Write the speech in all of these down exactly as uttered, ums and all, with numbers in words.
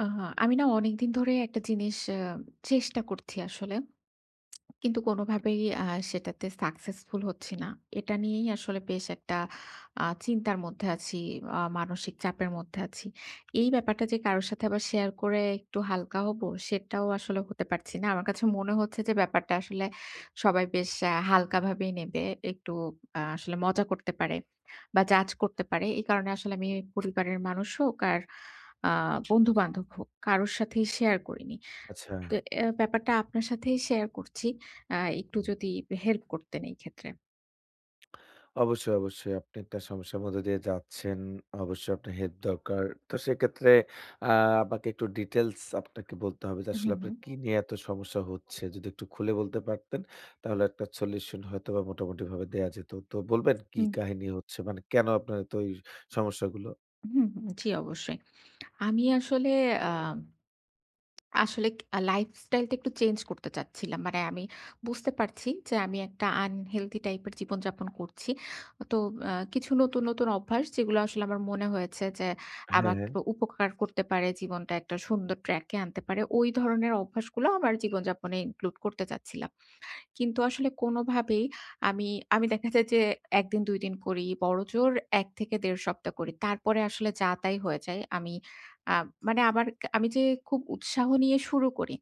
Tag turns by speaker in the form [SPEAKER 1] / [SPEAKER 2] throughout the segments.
[SPEAKER 1] আহা, আমি না অনেকদিন ধরে একটা জিনিস আ চেষ্টা করছি আসলে। কিন্তু কোনোভাবেই আ সেটাতে সাকসেসফুল হচ্ছি না। এটা নিয়েই আসলে বেশ একটা আ চিন্তার মধ্যে আছি, আ মানসিক চাপের মধ্যে আছি। এই ব্যাপারটা যে কারো সাথে আবার শেয়ার করে একটু হালকা হবো, সেটাও আসলে হতে পারছি না। আমার কাছে মনে হচ্ছে যে ব্যাপারটা আসলে সবাই বেশ আ হালকাভাবেই নেবে। একটু আ আসলে মজা করতে পারে বা জাজ করতে পারে। এই কারণে আসলে আমি পরিবারের মানুষ হোক আর আ বন্ধু-বান্ধব হোক, কারোর সাথেই শেয়ার করিনি।
[SPEAKER 2] আচ্ছা।
[SPEAKER 1] তো অ্যা ব্যাপারটা আপনার সাথেই শেয়ার করছি। আ একটু যদি হেল্প করতেন এই ক্ষেত্রে।
[SPEAKER 2] অবশ্যই, অবশ্যই আপনি একটা সমস্যার মধ্য দিয়ে যাচ্ছেন। অবশ্যই আপনার হেল্প দরকার। তো সেক্ষেত্রে আ আমাকে একটু ডিটেইলস আপনাকে বলতে হবে যে
[SPEAKER 1] হুম,
[SPEAKER 2] আসলে আপনার
[SPEAKER 1] হুম।
[SPEAKER 2] কি নিয়ে এত সমস্যা হচ্ছে? যদি একটু খুলে বলতে পারতেন তাহলে একটা সলিউশন হয়তোবা মোটামুটিভাবে দেয়া যেত। তো বলবেন কি
[SPEAKER 1] হুম,
[SPEAKER 2] কাহিনী হচ্ছে? মানে কেন আপনার এত এই সমস্যাগুলো?
[SPEAKER 1] হুম, হুম। জি, অবশ্যই। আমি আসলে আ আসলে আ লাইফস্টাইলটা একটু চেঞ্জ করতে চাচ্ছিলাম। মানে আমি বুঝতে পারছি যে আমি একটা আনহেলথি টাইপের জীবনযাপন করছি। তো আ কিছু নতুন, নতুন অভ্যাস যেগুলো আসলে আমার মনে হয়েছে যে
[SPEAKER 2] হ্যাঁ,
[SPEAKER 1] আমার
[SPEAKER 2] হ্যাঁ।
[SPEAKER 1] একটু উপকার করতে পারে, জীবনটা একটা সুন্দর ট্র্যাকে আনতে পারে। ওই ধরনের অভ্যাসগুলো আমার জীবনযাপনে ইনক্লুড করতে চাচ্ছিলাম। কিন্তু আসলে কোনোভাবেই আমি আমি দেখা যায় যে এক দিন দুই দিন করি, বড়জোর এক থেকে দেড় সপ্তাহ করি। তারপরে আসলে যা তাই হয়ে যায়। আমি আ মানে আমার আমি যে খুব উৎসাহ নিয়ে শুরু করি,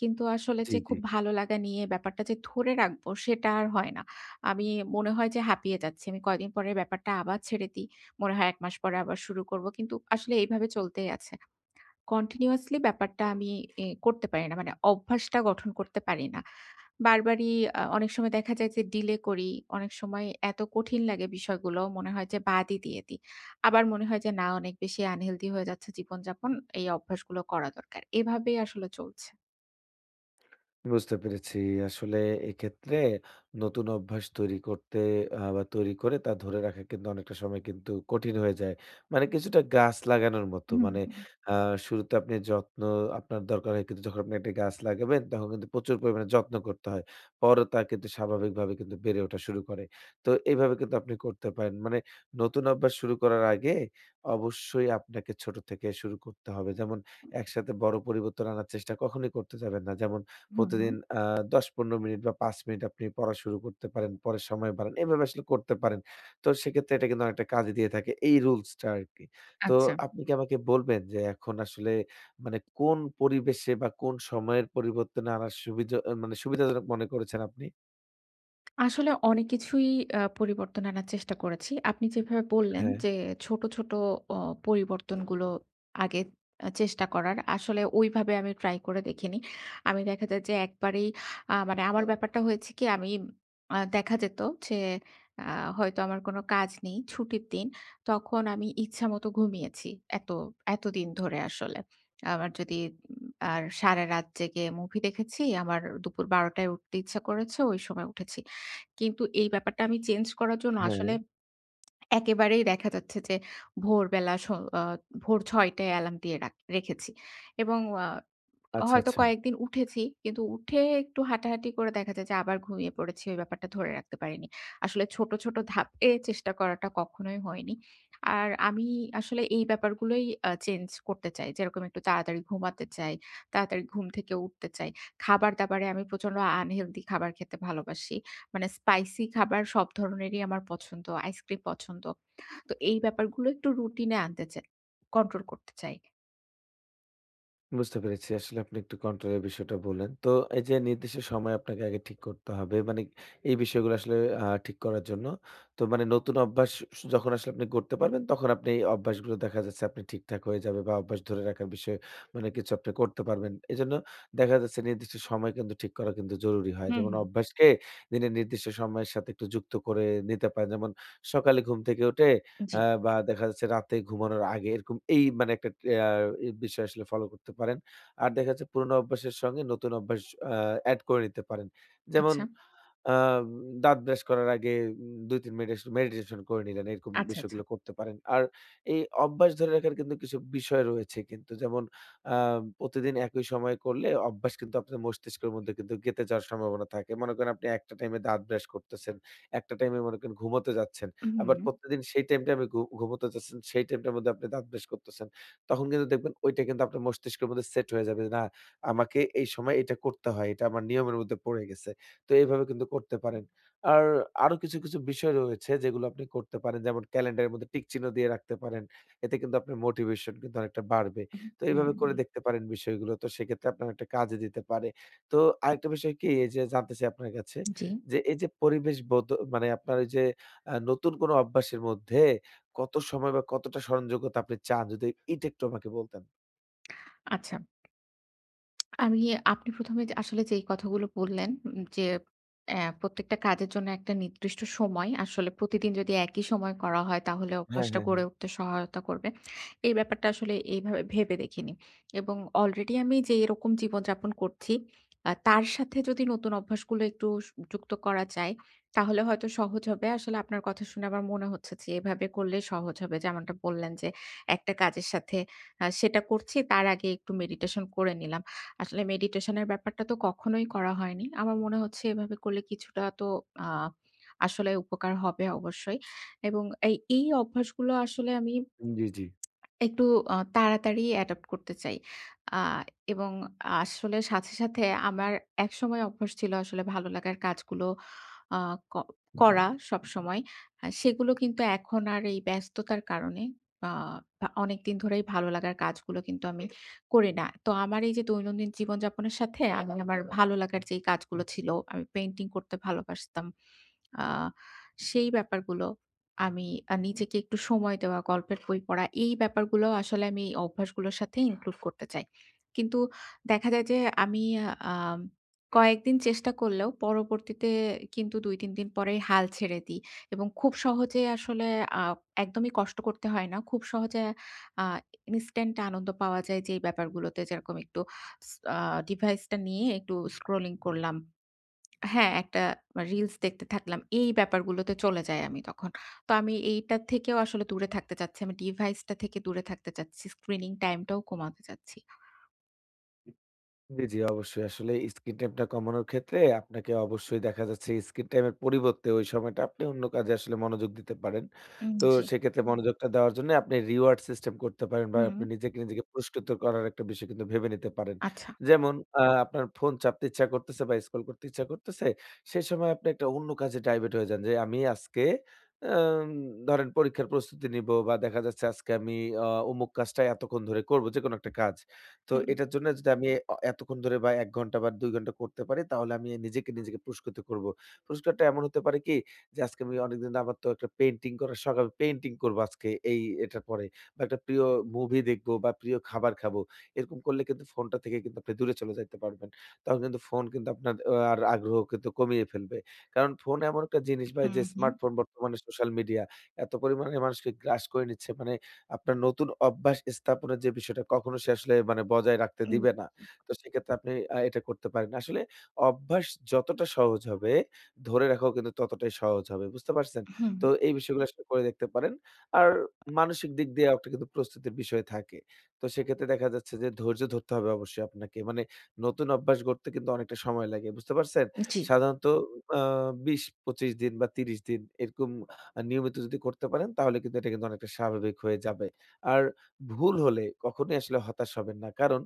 [SPEAKER 1] কিন্তু আসলে
[SPEAKER 2] জি,
[SPEAKER 1] যে
[SPEAKER 2] জি।
[SPEAKER 1] খুব ভালো লাগা নিয়ে ব্যাপারটা যে ধরে রাখবো সেটা আর হয় না। আমি মনে হয় যে হাঁপিয়ে যাচ্ছি। আমি কয়দিন পরে ব্যাপারটা আবার ছেড়ে দিই। মনে হয় এক মাস পরে আবার শুরু করব। কিন্তু আসলে এইভাবে চলতেই আছে। কন্টিনিউয়াসলি ব্যাপারটা আমি এ করতে পারি না। মানে অভ্যাসটা গঠন করতে পারি না। বারবারই আ অনেক সময় দেখা যায় যে ডিলে করি। অনেক সময় এত কঠিন লাগে বিষয়গুলো মনে হয় যে বাদই দিয়ে দিই। আবার মনে হয় যে না অনেক বেশি আনহেলথি হয়ে যাচ্ছে জীবনযাপন। এই অভ্যাসগুলো করা দরকার। এভাবেই আসলে চলছে।
[SPEAKER 2] বুঝতে পেরেছি। আসলে এক্ষেত্রে নতুন অভ্যাস তৈরি করতে আ বা তৈরি করে তা ধরে রাখা কিন্তু অনেকটা সময় কিন্তু কঠিন হয়ে যায়। মানে কিছুটা গাছ লাগানোর মতো।
[SPEAKER 1] হুম,
[SPEAKER 2] মানে
[SPEAKER 1] হুম।
[SPEAKER 2] আ শুরুতে আপনি যত্ন আপনার দরকার হয় কিন্তু যখন আপনি একটা গাছ লাগাবেন তখন কিন্তু প্রচুর পরিমাণে যত্ন করতে হয়। পরে তা কিন্তু স্বাভাবিকভাবে কিন্তু বেড়ে ওঠা শুরু করে। তো এইভাবে কিন্তু আপনি করতে পারেন। মানে নতুন অভ্যাস শুরু করার আগে অবশ্যই আপনাকে ছোট থেকে শুরু করতে হবে। যেমন একসাথে বড় পরিবর্তন আনার চেষ্টা কখনোই করতে যাবেন না। যেমন
[SPEAKER 1] হুম,
[SPEAKER 2] প্রতিদিন
[SPEAKER 1] হুম।
[SPEAKER 2] আ দশ থেকে পনেরো মিনিট বা পাঁচ মিনিট আপনি পড়া শুরু করতে পারেন। পরে সময় বাড়ান। এভাবে আসলে করতে পারেন। তো সেক্ষেত্রে এটা কিন্তু অনেকটা কাজে দিয়ে থাকে এই রুলসটা আরকি। তো
[SPEAKER 1] আচ্ছা।
[SPEAKER 2] আপনি কি আমাকে বলবেন যে এখন আসলে মানে কোন পরিবেশে বা কোন সময়ের পরিবর্তনে আনার সুবিধা আ মানে সুবিধাজনক মনে করেছেন আপনি?
[SPEAKER 1] আসলে অনেক কিছুই আ পরিবর্তন আনার চেষ্টা করেছি। আপনি যেভাবে বললেন
[SPEAKER 2] হ্যাঁ,
[SPEAKER 1] যে ছোট, ছোট অ পরিবর্তনগুলো আগে আ চেষ্টা করার। আসলে ওইভাবে আমি ট্রাই করে দেখিনি। আমি দেখা যায় যে একবারেই আ মানে আমার ব্যাপারটা হয়েছে কি আমি আ দেখা যেত যে আ হয়তো আমার কোনো কাজ নেই, ছুটির দিন। তখন আমি ইচ্ছামত ঘুমিয়েছি এত এতদিন ধরে আসলে। আমার যদি উম আর সারারাত জেগে মুভি দেখেছি, আমার দুপুর ১২ঃ শূন্য শূন্য টায় উঠতে ইচ্ছা করেছে, ওই সময় উঠেছি। কিন্তু এই ব্যাপারটা আমি চেঞ্জ করার জন্য
[SPEAKER 2] হ্যাঁ।
[SPEAKER 1] আসলে একেবারেই দেখা যাচ্ছে যে ভোরবেলা স আ ভোর ৬ঃ শূন্য শূন্য টায় অ্যালার্ম দিয়ে রাখ রেখেছি এবং আ
[SPEAKER 2] আচ্ছা,
[SPEAKER 1] হয়তো
[SPEAKER 2] আচ্ছা।
[SPEAKER 1] কয়েকদিন উঠেছি। কিন্তু উঠে একটু হাঁটাহাঁটি করে দেখা যায় যে আবার ঘুমিয়ে পড়েছি। ওই ব্যাপারটা ধরে রাখতে পারিনি। আসলে ছোট, ছোট ধাপে চেষ্টা করাটা কখনোই হয়নি। আর আমি আসলে এই ব্যাপারগুলোই আ চেঞ্জ করতে চাই। যেরকম একটু তাড়াতাড়ি ঘুমাতে চাই, তাড়াতাড়ি ঘুম থেকে উঠতে চাই। খাবার-দাবারে আমি প্রচন্ড আনহেলথি খাবার খেতে ভালোবাসি। মানে স্পাইসি খাবার সব ধরনেরই আমার পছন্দ, আইসক্রিম পছন্দ। তো এই ব্যাপারগুলো একটু রুটিন এ আনতে চাই। কন্ট্রোল করতে চাই।
[SPEAKER 2] বুঝতে পেরেছি। আসলে আপনি একটু কন্ট্রোলের বিষয়টা বললেন। তো এই যে নির্দিষ্ট সময় আপনাকে আগে ঠিক করতে হবে। মানে এই বিষয়গুলো আসলে আ ঠিক করার জন্য। তো মানে নতুন অভ্যাস স যখন আসলে আপনি গড়তে পারবেন তখন আপনি এই অভ্যাসগুলো দেখা যাচ্ছে আপনি ঠিকঠাক হয়ে যাবে বা অভ্যাস ধরে রাখার বিষয়ে মানে কিছু আপনি করতে পারবেন। এজন্য দেখা যাচ্ছে নির্দিষ্ট সময় কিন্তু ঠিক করা কিন্তু জরুরি হয়।
[SPEAKER 1] হুম,
[SPEAKER 2] যেমন
[SPEAKER 1] হুম।
[SPEAKER 2] অভ্যাসকে দিনের নির্দিষ্ট সময়ের সাথে একটু যুক্ত করে নিতে পারেন। যেমন সকালে ঘুম থেকে উঠে
[SPEAKER 1] জি।
[SPEAKER 2] আ বা দেখা যাচ্ছে রাতে ঘুমানোর আগে এরকম এই মানে একটা আ এ বিষয় আসলে ফলো করতে পারেন। আর দেখা যাচ্ছে পুরোনো অভ্যাসের সঙ্গে নতুন অভ্যাস আ এড করে নিতে পারেন। যেমন
[SPEAKER 1] আচ্ছা।
[SPEAKER 2] আ দাঁত ব্রাশ করার আগে উম দুই থেকে তিন মিনিট মেডিটেশন করে নিলেন। এরকম
[SPEAKER 1] আচ্ছা, আচ্ছা।
[SPEAKER 2] বিষয়গুলো করতে পারেন। আর এই অভ্যাস ধরে রাখার কিন্তু কিছু বিষয় রয়েছে কিন্তু যেমন আ প্রতিদিন একই সময়ে করলে অভ্যাস কিন্তু আপনার মস্তিষ্কের মধ্যে কিন্তু গেঁথে যাওয়ার সম্ভাবনা থাকে। মনে করেন আপনি একটা টাইমে দাঁত ব্রাশ করতেছেন, একটা টাইমে মনে করেন ঘুমোতে যাচ্ছেন। আবার
[SPEAKER 1] হুম,
[SPEAKER 2] প্রত্যেকদিন সেই টাইমটা আপনি ঘু ঘুমোতে যাচ্ছেন, সেই টাইমটার মধ্যে আপনি দাঁত ব্রাশ করতেছেন। তখন কিন্তু দেখবেন ওইটা কিন্তু আপনার মস্তিষ্কের মধ্যে সেট হয়ে যাবে। যে, না, আমাকে এই সময় এটা করতে হয়। এটা আমার নিয়মের মধ্যে পড়ে গেছে। তো এইভাবে কিন্তু করতে পারেন। আর আরো কিছু, কিছু বিষয় রয়েছে যেগুলো আপনি করতে পারেন। যেমন ক্যালেন্ডারের মধ্যে টিক চিহ্ন দিয়ে রাখতে পারেন। এতে কিন্তু আপনার মোটিভেশন কিন্তু অনেকটা বাড়বে। তো এইভাবে
[SPEAKER 1] হুম,
[SPEAKER 2] করে দেখতে পারেন বিষয়গুলো। তো সেক্ষেত্রে আপনার একটা কাজে দিতে পারে। তো আরেকটা বিষয় কি এই যে জানতে চাই আপনার কাছে
[SPEAKER 1] জি।
[SPEAKER 2] যে এই যে পরিবেশ বদ মানে আপনার ওই যে আ নতুন কোনো অভ্যাসের মধ্যে কত সময় বা কতটা স্মরণযোগ্যতা আপনি চান? যদি এটা একটু আমাকে বলতেন।
[SPEAKER 1] আচ্ছা। আমি আপনি ১ম এ আসলে যেই কথাগুলো বললেন উম যে অ্যা প্রত্যেকটা কাজের জন্য একটা নির্দিষ্ট সময় আসলে প্রতিদিন যদি একই সময় করা হয় তাহলে
[SPEAKER 2] হ্যাঁ,
[SPEAKER 1] অভ্যাসটা
[SPEAKER 2] হ্যাঁ,
[SPEAKER 1] গড়ে
[SPEAKER 2] হ্যাঁ।
[SPEAKER 1] উঠতে সহায়তা করবে। এই ব্যাপারটা আসলে এইভাবে ভেবে দেখিনি। এবং অলরেডি আমি যে এরকম জীবনযাপন করছি আ তার সাথে যদি নতুন অভ্যাসগুলো একটু সু যুক্ত করা যায় তাহলে হয়তো সহজ হবে। আসলে আপনার কথা শুনে আমার মনে হচ্ছে যে এভাবে করলে সহজ হবে। যেমনটা বললেন যে একটা কাজের সাথে আ সেটা করছি তার আগে একটু মেডিটেশন করে নিলাম। আসলে মেডিটেশনের ব্যাপারটা তো কখনোই করা হয়নি। আমার মনে হচ্ছে এভাবে করলে কিছুটা তো আ আসলে উপকার হবে অবশ্যই। এবং এই, এই অভ্যাসগুলো আসলে আমি
[SPEAKER 2] জি, জি।
[SPEAKER 1] একটু আ তাড়াতাড়ি অ্যাডপ্ট করতে চাই। আ এবং আসলে সাথে, সাথে আমার একসময় অভ্যাস ছিল আসলে ভালো লাগার কাজগুলো আ ক করা সবসময়। আ সেগুলো কিন্তু এখন আর এই ব্যস্ততার কারণে আ ভা অনেকদিন ধরেই ভালো লাগার কাজগুলো কিন্তু আমি করি না। তো আমার এই যে দৈনন্দিন জীবনযাপনের সাথে আমি আমার ভালো লাগার যেই কাজগুলো ছিল, আমি পেইন্টিং করতে ভালোবাসতাম। আ সেই ব্যাপারগুলো আমি আ নিজেকে একটু সময় দেওয়া, গল্পের বই পড়া এই ব্যাপারগুলো আসলে আমি এই অভ্যাসগুলোর সাথে ইনক্লুড করতে চাই। কিন্তু দেখা যায় যে আমি আম কয়েকদিন চেষ্টা করলেও পরবর্তীতে কিন্তু দুই তিন দিন পরেই হাল ছেড়ে দিই এবং খুব সহজে আসলে আ একদমই কষ্ট করতে হয় না। খুব সহজে আ ইনস্ট্যান্ট আনন্দ পাওয়া যায় যেই ব্যাপারগুলোতে যেরকম একটু স আ ডিভাইসটা নিয়ে একটু স্ক্রলিং করলাম, হ্যাঁ, একটা রিলস দেখতে থাকলাম। এই ব্যাপারগুলোতে চলে যাই আমি তখন। তো আমি এইটা থেকেও আসলে দূরে থাকতে চাচ্ছি। আমি ডিভাইসটা থেকে দূরে থাকতে চাচ্ছি। স্ক্রিনিং টাইমটাও কমাতে চাচ্ছি।
[SPEAKER 2] জি, জি, অবশ্যই। আসলে স্ক্রিন টাইমটা কমানোর ক্ষেত্রে আপনাকে অবশ্যই দেখা যাচ্ছে স্ক্রিন টাইমের পরিবর্তে ওই সময়টা আপনি অন্য কাজে আসলে মনোযোগ দিতে পারেন।
[SPEAKER 1] উম,
[SPEAKER 2] তো
[SPEAKER 1] জি।
[SPEAKER 2] সেক্ষেত্রে হুম। মনোযোগটা দেওয়ার জন্য আপনি রিওয়ার্ড সিস্টেম করতে পারেন বা
[SPEAKER 1] হুম।
[SPEAKER 2] আপনি নিজেকে, নিজেকে পুরস্কৃত করার একটা বিষয় কিন্তু ভেবে নিতে পারেন।
[SPEAKER 1] আচ্ছা।
[SPEAKER 2] যেমন আ আপনার ফোন চাপতে ইচ্ছা করতেছে বা স্ক্রল করতে ইচ্ছা করতেছে, সে সময় আপনি একটা অন্য কাজে ডাইভার্ট হয়ে যান যে, "আমি আজকে আম ধরেন পরীক্ষার প্রস্তুতি নিবো বা দেখা যাচ্ছে আজকে আমি আ অমুক কাজটা এতক্ষণ ধরে করব।" যেকোনো একটা কাজ। তো
[SPEAKER 1] হুম,
[SPEAKER 2] এটার জন্য যদি আমি অ এতক্ষণ ধরে বা এক ঘন্টা বা দুই ঘন্টা করতে পারি তাহলে আমি নিজেকে, নিজেকে পুরস্কৃত করব। পুরস্কারটা এমন হতে পারে কি যে আজকে আমি অনেকদিন আমার তো একটা পেইন্টিং করার শখ, আমি পেইন্টিং করব আজকে এই এটার পরে বা একটা প্রিয় মুভি দেখব বা প্রিয় খাবার খাবো। এরকম করলে কিন্তু ফোনটা থেকে কিন্তু আপনি দূরে চলে যাইতে পারবেন। তখন কিন্তু ফোন কিন্তু আপনার আ আর আগ্রহ কিন্তু কমিয়ে ফেলবে। কারণ ফোন এমন একটা জিনিস ভাই
[SPEAKER 1] হুম,
[SPEAKER 2] যে
[SPEAKER 1] হুম।
[SPEAKER 2] স্মার্টফোন বর্তমানে সোশ্যাল মিডিয়া এত পরিমাণে মানুষকে গ্রাস করে নিচ্ছে মানে আপনার নতুন অভ্যাস স্থাপনের যে বিষয়টা কখনো সে আসলে মানে বজায় রাখতে
[SPEAKER 1] উম,
[SPEAKER 2] দিবে না। তো সেক্ষেত্রে আপনি আ এটা করতে পারেন। আসলে অভ্যাস যতটা সহজ হবে, ধরে রাখাও কিন্তু ততটাই সহজ হবে। বুঝতে পারছেন?
[SPEAKER 1] হুম,
[SPEAKER 2] তো
[SPEAKER 1] হুম।
[SPEAKER 2] এই বিষয়গুলো আসলে করে দেখতে পারেন। আর মানসিক দিক দিয়েও একটা কিন্তু প্রস্তুতির বিষয় থাকে। তো সেক্ষেত্রে দেখা যাচ্ছে যে ধৈর্য ধরতে হবে অবশ্যই আপনাকে। মানে নতুন অভ্যাস গড়তে কিন্তু অনেকটা সময় লাগে। বুঝতে পারছেন?
[SPEAKER 1] জি।
[SPEAKER 2] সাধারণত আ বিশ থেকে পঁচিশ দিন বা ত্রিশ দিন এরকম আ নিয়মিত যদি করতে পারেন তাহলে কিন্তু এটা কিন্তু অনেকটা স্বাভাবিক হয়ে যাবে। আর ভুল হলে কখনোই আসলে হতাশ হবেন না। কারণ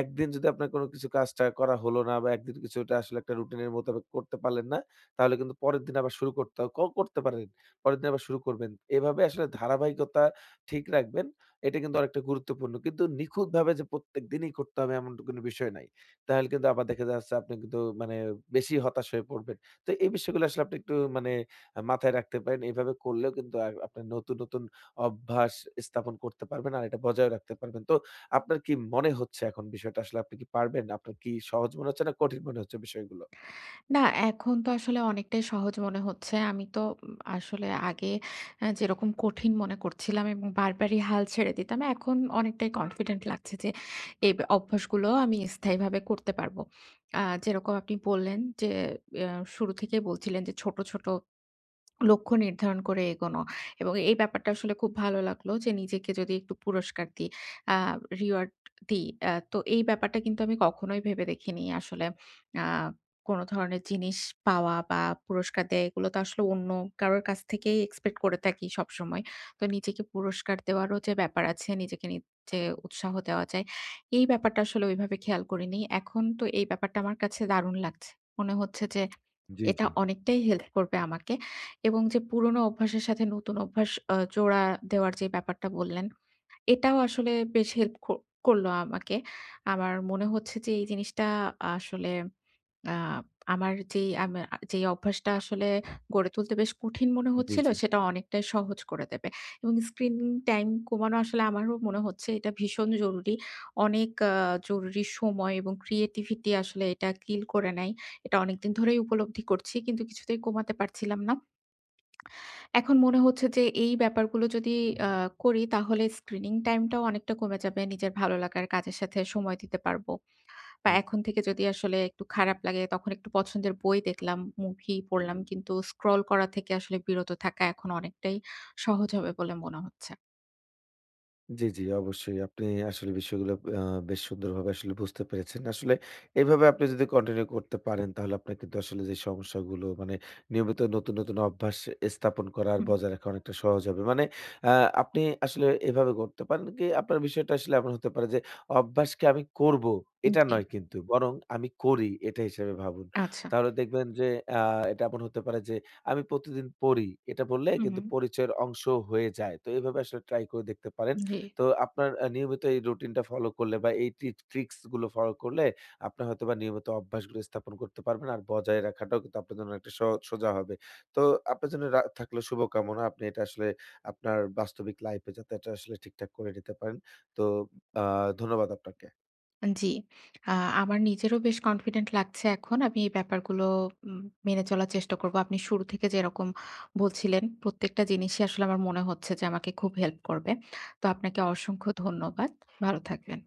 [SPEAKER 2] একদিন যদি আপনার কোনো কিছু কাজটা করা হলো না বা একদিন কিছুটা আসলে একটা রুটিনের মোতাবেক করতে পারলেন না, তাহলে কিন্তু পরের দিন আবার শুরু করতে হ- ক করতে পারেন। পরের দিন আবার শুরু করবেন। এভাবে আসলে ধারাবাহিকতা ঠিক রাখবেন। এটা কিন্তু অনেকটা গুরুত্বপূর্ণ। কিন্তু নিখুঁতভাবে যে প্রত্যেকদিনই করতে হবে এমন তো কোনো বিষয় নাই। তাহলে কিন্তু আবার দেখা যাচ্ছে আপনি কিন্তু মানে বেশি হতাশ হয়ে পড়বেন। তো এই বিষয়গুলো আসলে আপনি একটু মানে হ্যাঁ, মাথায় রাখতে পারেন। এভাবে করলেও কিন্তু আ আপনার নতুন, নতুন অভ্যাস স্থাপন করতে পারবেন। আর এটা বজায় রাখতে পারবেন। তো আপনার কি মনে হচ্ছে এখন বিষয়টা আসলে আপনি কি পারবেন? আপনার কি সহজ মনে হচ্ছে না কঠিন মনে হচ্ছে বিষয়গুলো?
[SPEAKER 1] না, এখন তো আসলে অনেকটাই সহজ মনে হচ্ছে। আমি তো উম আসলে আগে আ যেরকম কঠিন মনে করছিলাম এবং বারবারই হাল ছেড়ে দিতাম, এখন অনেকটাই কনফিডেন্ট লাগছে যে এই ব অভ্যাসগুলো আমি স্থায়ীভাবে করতে পারবো। আ যেরকম আপনি বললেন যে, ইয়া শুরু থেকেই বলছিলেন যে ছোট, ছোট লক্ষ্য নির্ধারণ করে এগোনো এবং এই ব্যাপারটা আসলে খুব ভালো লাগলো যে নিজেকে যদি একটু পুরস্কার দিই, আ রিওয়ার্ড দিই। আ তো এই ব্যাপারটা কিন্তু আমি কখনোই ভেবে দেখিনি আসলে। আ কোনো ধরনের জিনিস পাওয়া বা পুরস্কার দেয়া এগুলো তো আসলে অন্য কারোর কাছ থেকেই এক্সপেক্ট করে থাকি সবসময়। তো নিজেকে পুরস্কার দেওয়ারও যে ব্যাপার আছে, নিজেকে নিজে উৎসাহ দেওয়া যায়, এই ব্যাপারটা আসলে ওইভাবে খেয়াল করিনি। এখন তো এই ব্যাপারটা আমার কাছে দারুণ লাগছে। মনে হচ্ছে যে
[SPEAKER 2] জি,
[SPEAKER 1] এটা
[SPEAKER 2] জি,
[SPEAKER 1] অনেকটাই হেল্প করবে আমাকে। এবং যে পুরোনো অভ্যাসের সাথে নতুন অভ্যাস আ জোড়া দেওয়ার যে ব্যাপারটা বললেন, এটাও আসলে বেশ হেল্প ক করলো আমাকে। আমার মনে হচ্ছে যে এই জিনিসটা আসলে আ আমার যেই আমা যেই অভ্যাসটা আসলে গড়ে তুলতে বেশ কঠিন মনে
[SPEAKER 2] জি,
[SPEAKER 1] হচ্ছিল,
[SPEAKER 2] জি।
[SPEAKER 1] সেটা অনেকটাই সহজ করে দেবে। এবং স্ক্রিন টাইম কমানো আসলে আমারও মনে হচ্ছে এটা ভীষণ জরুরি। অনেক আ জরুরি সময় এবং ক্রিয়েটিভিটি আসলে এটা কিল করে নেয়। এটা অনেকদিন ধরেই উপলব্ধি করছি। কিন্তু কিছুতেই কমাতে পারছিলাম না। এখন মনে হচ্ছে যে এই ব্যাপারগুলো যদি আ করি তাহলে স্ক্রিনিং টাইমটাও অনেকটা কমে যাবে। নিজের ভালো লাগার কাজের সাথে সময় দিতে পারবো। বা
[SPEAKER 2] হুম।
[SPEAKER 1] এখন থেকে যদি আসলে একটু খারাপ লাগে তখন একটু পছন্দের বই দেখলাম, মুভি পড়লাম। কিন্তু স্ক্রল করা থেকে আসলে বিরত থাকা এখন অনেকটাই সহজ হবে বলে মনে হচ্ছে।
[SPEAKER 2] জি, জি, অবশ্যই। আপনি আসলে বিষয়গুলো আ বেশ সুন্দরভাবে আসলে বুঝতে পেরেছেন। আসলে এভাবে আপনি যদি কন্টিনিউ করতে পারেন, তাহলে আপনার কিন্তু আসলে যে সমস্যাগুলো মানে নিয়মিত নতুন, নতুন অভ্যাস স্থাপন করা আর
[SPEAKER 1] হুম।
[SPEAKER 2] বজায় রাখা অনেকটা সহজ হবে। মানে আ আপনি আসলে এভাবে করতে পারেন কি আপনার বিষয়টা আসলে এমন হতে পারে যে অভ্যাসকে আমি করব
[SPEAKER 1] উম,
[SPEAKER 2] এটা
[SPEAKER 1] জি,
[SPEAKER 2] নয় কিন্তু বরং আমি করি এটা হিসেবে ভাবুন।
[SPEAKER 1] আচ্ছা।
[SPEAKER 2] তাহলে দেখবেন যে আ এটা এমন হতে পারে যে আমি প্রতিদিন পড়ি। এটা বললে
[SPEAKER 1] হুম,
[SPEAKER 2] কিন্তু
[SPEAKER 1] হুম।
[SPEAKER 2] পরিচয়ের অংশ হয়ে যায়। তো এভাবে আসলে ট্রাই করে দেখতে পারেন।
[SPEAKER 1] জি।
[SPEAKER 2] তো আপনার আ নিয়মিত এই রুটিনটা ফলো করলে বা এই ট্রি ট্রিক্স গুলো ফলো করলে আপনি হয়তোবা নিয়মিত অভ্যাসগুলো স্থাপন করতে পারবেন। আর বজায় রাখাটাও কিন্তু আপনার জন্য অনেকটা স সোজা হবে। তো আপনার জন্য রা থাকলো শুভকামনা। আপনি এটা আসলে আপনার বাস্তবিক লাইফ এ যাতে এটা আসলে ঠিকঠাক করে নিতে পারেন। তো আ ধন্যবাদ আপনাকে।
[SPEAKER 1] জি। আ আমার নিজেরও বেশ কনফিডেন্ট লাগছে এখন। আমি এই ব্যাপারগুলো উম মেনে চলার চেষ্টা করব। আপনি শুরু থেকে যেরকম বলছিলেন, প্রত্যেকটা জিনিসই আসলে আমার মনে হচ্ছে যে আমাকে খুব হেল্প করবে। তো আপনাকে অসংখ্য ধন্যবাদ। ভালো থাকবেন।